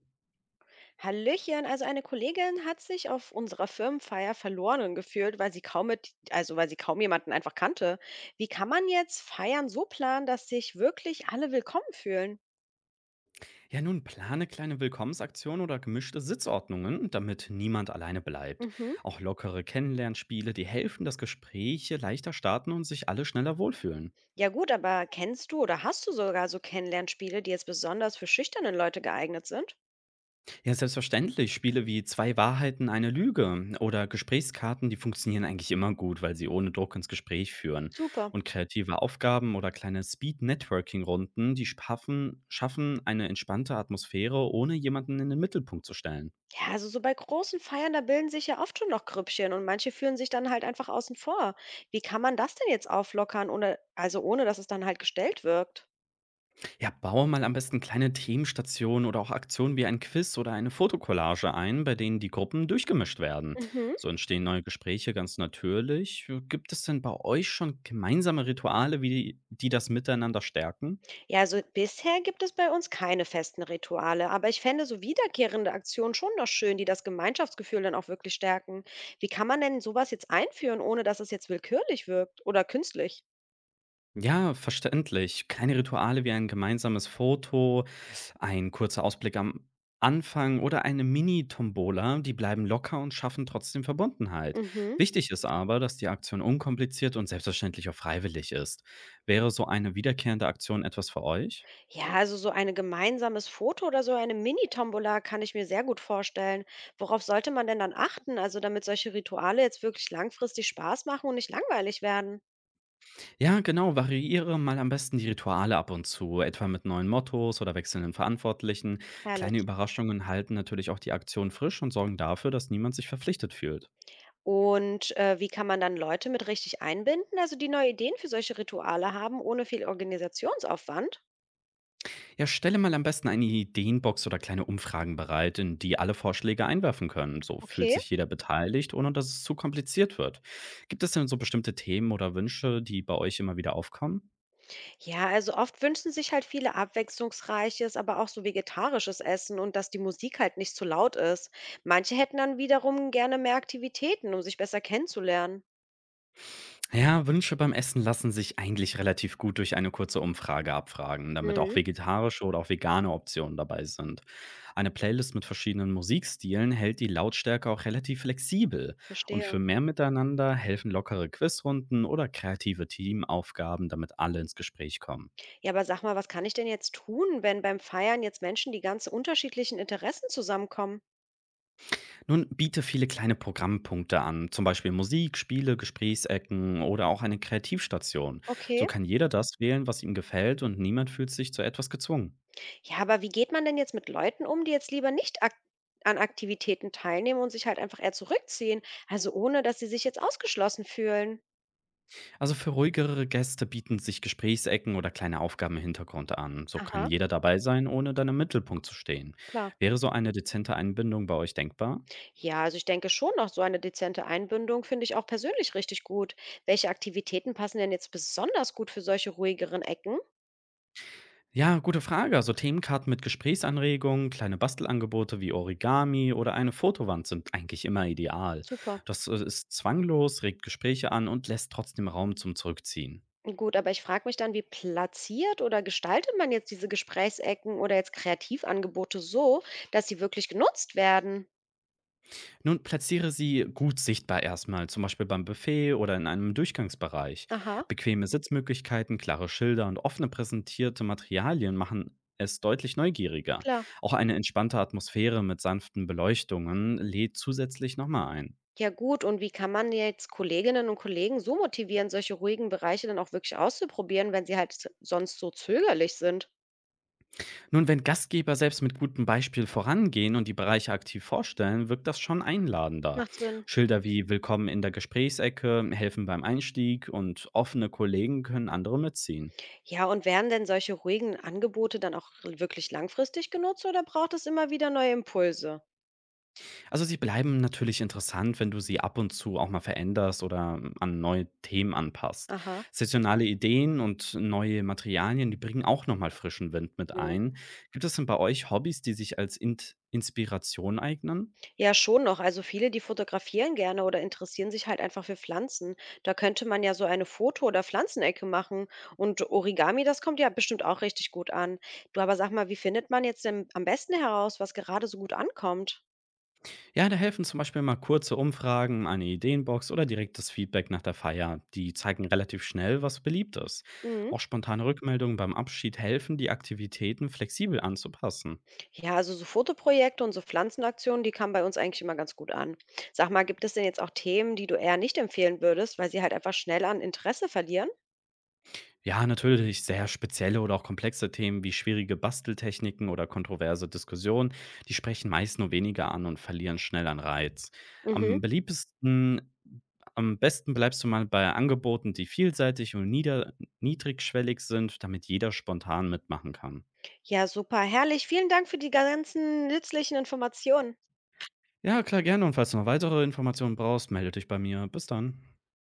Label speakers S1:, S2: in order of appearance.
S1: Hallöchen, also eine Kollegin hat sich auf unserer Firmenfeier verloren gefühlt, weil sie kaum mit, also weil sie kaum jemanden einfach kannte. Wie kann man jetzt Feiern so planen, dass sich wirklich alle willkommen fühlen?
S2: Ja, nun plane kleine Willkommensaktionen oder gemischte Sitzordnungen, damit niemand alleine bleibt.
S1: Mhm.
S2: Auch lockere Kennenlernspiele, die helfen, dass Gespräche leichter starten und sich alle schneller wohlfühlen.
S1: Ja gut, aber kennst du oder hast du sogar so Kennenlernspiele, die jetzt besonders für schüchterne Leute geeignet sind?
S2: Ja, selbstverständlich, Spiele wie Zwei Wahrheiten, eine Lüge oder Gesprächskarten, die funktionieren eigentlich immer gut, weil sie ohne Druck ins Gespräch führen.
S1: Super.
S2: Und kreative Aufgaben oder kleine Speed-Networking-Runden, die schaffen eine entspannte Atmosphäre, ohne jemanden in den Mittelpunkt zu stellen.
S1: Ja, also so bei großen Feiern, da bilden sich ja oft schon noch Grüppchen und manche fühlen sich dann halt einfach außen vor. Wie kann man das denn jetzt auflockern, ohne dass es dann halt gestellt wirkt?
S2: Ja, baue mal am besten kleine Themenstationen oder auch Aktionen wie ein Quiz oder eine Fotokollage ein, bei denen die Gruppen durchgemischt werden.
S1: Mhm.
S2: So entstehen neue Gespräche ganz natürlich. Gibt es denn bei euch schon gemeinsame Rituale, wie die das miteinander stärken?
S1: Ja, also bisher gibt es bei uns keine festen Rituale, aber ich fände so wiederkehrende Aktionen schon noch schön, die das Gemeinschaftsgefühl dann auch wirklich stärken. Wie kann man denn sowas jetzt einführen, ohne dass es jetzt willkürlich wirkt oder künstlich?
S2: Ja, verständlich. Kleine Rituale wie ein gemeinsames Foto, ein kurzer Ausblick am Anfang oder eine Mini-Tombola, die bleiben locker und schaffen trotzdem Verbundenheit.
S1: Mhm.
S2: Wichtig ist aber, dass die Aktion unkompliziert und selbstverständlich auch freiwillig ist. Wäre so eine wiederkehrende Aktion etwas für euch?
S1: Ja, also so ein gemeinsames Foto oder so eine Mini-Tombola kann ich mir sehr gut vorstellen. Worauf sollte man denn dann achten, also damit solche Rituale jetzt wirklich langfristig Spaß machen und nicht langweilig werden?
S2: Ja, genau, variiere mal am besten die Rituale ab und zu, etwa mit neuen Mottos oder wechselnden Verantwortlichen. Kleine
S1: Herrlich.
S2: Überraschungen halten natürlich auch die Aktion frisch und sorgen dafür, dass niemand sich verpflichtet fühlt.
S1: Wie kann man dann Leute mit richtig einbinden, also die neue Ideen für solche Rituale haben, ohne viel Organisationsaufwand?
S2: Ja, stelle mal am besten eine Ideenbox oder kleine Umfragen bereit, in die alle Vorschläge einwerfen können. So fühlt
S1: Okay.
S2: sich jeder beteiligt, ohne dass es zu kompliziert wird. Gibt es denn so bestimmte Themen oder Wünsche, die bei euch immer wieder aufkommen?
S1: Ja, also oft wünschen sich halt viele abwechslungsreiches, aber auch so vegetarisches Essen und dass die Musik halt nicht zu laut ist. Manche hätten dann wiederum gerne mehr Aktivitäten, um sich besser kennenzulernen.
S2: Ja, Wünsche beim Essen lassen sich eigentlich relativ gut durch eine kurze Umfrage abfragen, damit auch
S1: Mhm,
S2: vegetarische oder auch vegane Optionen dabei sind. Eine Playlist mit verschiedenen Musikstilen hält die Lautstärke auch relativ flexibel und für
S1: verstehe.
S2: mehr Miteinander helfen lockere Quizrunden oder kreative Teamaufgaben, damit alle ins Gespräch kommen.
S1: Ja, aber sag mal, was kann ich denn jetzt tun, wenn beim Feiern jetzt Menschen die ganz unterschiedlichen Interessen zusammenkommen?
S2: Nun biete viele kleine Programmpunkte an, zum Beispiel Musik, Spiele, Gesprächsecken oder auch eine Kreativstation. So
S1: Okay.
S2: kann jeder das wählen, was ihm gefällt und niemand fühlt sich zu etwas gezwungen.
S1: Ja, aber wie geht man denn jetzt mit Leuten um, die jetzt lieber nicht ak an Aktivitäten teilnehmen und sich halt einfach eher zurückziehen? Also ohne, dass sie sich jetzt ausgeschlossen fühlen.
S2: Also für ruhigere Gäste bieten sich Gesprächsecken oder kleine Aufgaben im Hintergrund an. So kann
S1: Aha,
S2: jeder dabei sein, ohne dann im Mittelpunkt zu stehen.
S1: klar.
S2: Wäre so eine dezente Einbindung bei euch denkbar?
S1: Ja, also ich denke schon noch, so eine dezente Einbindung finde ich auch persönlich richtig gut. Welche Aktivitäten passen denn jetzt besonders gut für solche ruhigeren Ecken?
S2: Ja, gute Frage. Also Themenkarten mit Gesprächsanregungen, kleine Bastelangebote wie Origami oder eine Fotowand sind eigentlich immer ideal.
S1: Super.
S2: Das ist zwanglos, regt Gespräche an und lässt trotzdem Raum zum Zurückziehen.
S1: Gut, aber ich frage mich dann, wie platziert oder gestaltet man jetzt diese Gesprächsecken oder jetzt Kreativangebote so, dass sie wirklich genutzt werden?
S2: Nun, platziere sie gut sichtbar erstmal, zum Beispiel beim Buffet oder in einem Durchgangsbereich.
S1: Aha,
S2: Bequeme Sitzmöglichkeiten, klare Schilder und offene präsentierte Materialien machen es deutlich neugieriger.
S1: klar.
S2: Auch eine entspannte Atmosphäre mit sanften Beleuchtungen lädt zusätzlich nochmal ein.
S1: Ja gut, und wie kann man jetzt Kolleginnen und Kollegen so motivieren, solche ruhigen Bereiche dann auch wirklich auszuprobieren, wenn sie halt sonst so zögerlich sind?
S2: Nun, wenn Gastgeber selbst mit gutem Beispiel vorangehen und die Bereiche aktiv vorstellen, wirkt das schon einladender.
S1: Macht Sinn.
S2: Schilder wie Willkommen in der Gesprächsecke helfen beim Einstieg und offene Kollegen können andere mitziehen.
S1: Ja, und werden denn solche ruhigen Angebote dann auch wirklich langfristig genutzt oder braucht es immer wieder neue Impulse?
S2: Also, sie bleiben natürlich interessant, wenn du sie ab und zu auch mal veränderst oder an neue Themen anpasst.
S1: Aha.
S2: Saisonale Ideen und neue Materialien, die bringen auch nochmal frischen Wind mit ein. Gibt es denn bei euch Hobbys, die sich als Int Inspiration eignen?
S1: Ja, schon noch. Also viele, die fotografieren gerne oder interessieren sich halt einfach für Pflanzen. Da könnte man ja so eine Foto- oder Pflanzenecke machen. Und Origami, das kommt ja bestimmt auch richtig gut an. Du, aber sag mal, wie findet man jetzt denn am besten heraus, was gerade so gut ankommt?
S2: Ja, da helfen zum Beispiel mal kurze Umfragen, eine Ideenbox oder direktes Feedback nach der Feier. Die zeigen relativ schnell, was beliebt ist.
S1: Mhm.
S2: Auch spontane Rückmeldungen beim Abschied helfen, die Aktivitäten flexibel anzupassen.
S1: Ja, also so Fotoprojekte und so Pflanzenaktionen, die kamen bei uns eigentlich immer ganz gut an. Sag mal, gibt es denn jetzt auch Themen, die du eher nicht empfehlen würdest, weil sie halt einfach schnell an Interesse verlieren?
S2: Ja, natürlich sehr spezielle oder auch komplexe Themen wie schwierige Basteltechniken oder kontroverse Diskussionen, die sprechen meist nur weniger an und verlieren schnell an Reiz.
S1: Mhm.
S2: Am beliebtesten, am besten bleibst du mal bei Angeboten, die vielseitig und niedrigschwellig sind, damit jeder spontan mitmachen kann.
S1: Ja, super, herrlich. Vielen Dank für die ganzen nützlichen Informationen.
S2: Ja, klar, gerne. Und falls du noch weitere Informationen brauchst, melde dich bei mir. Bis dann.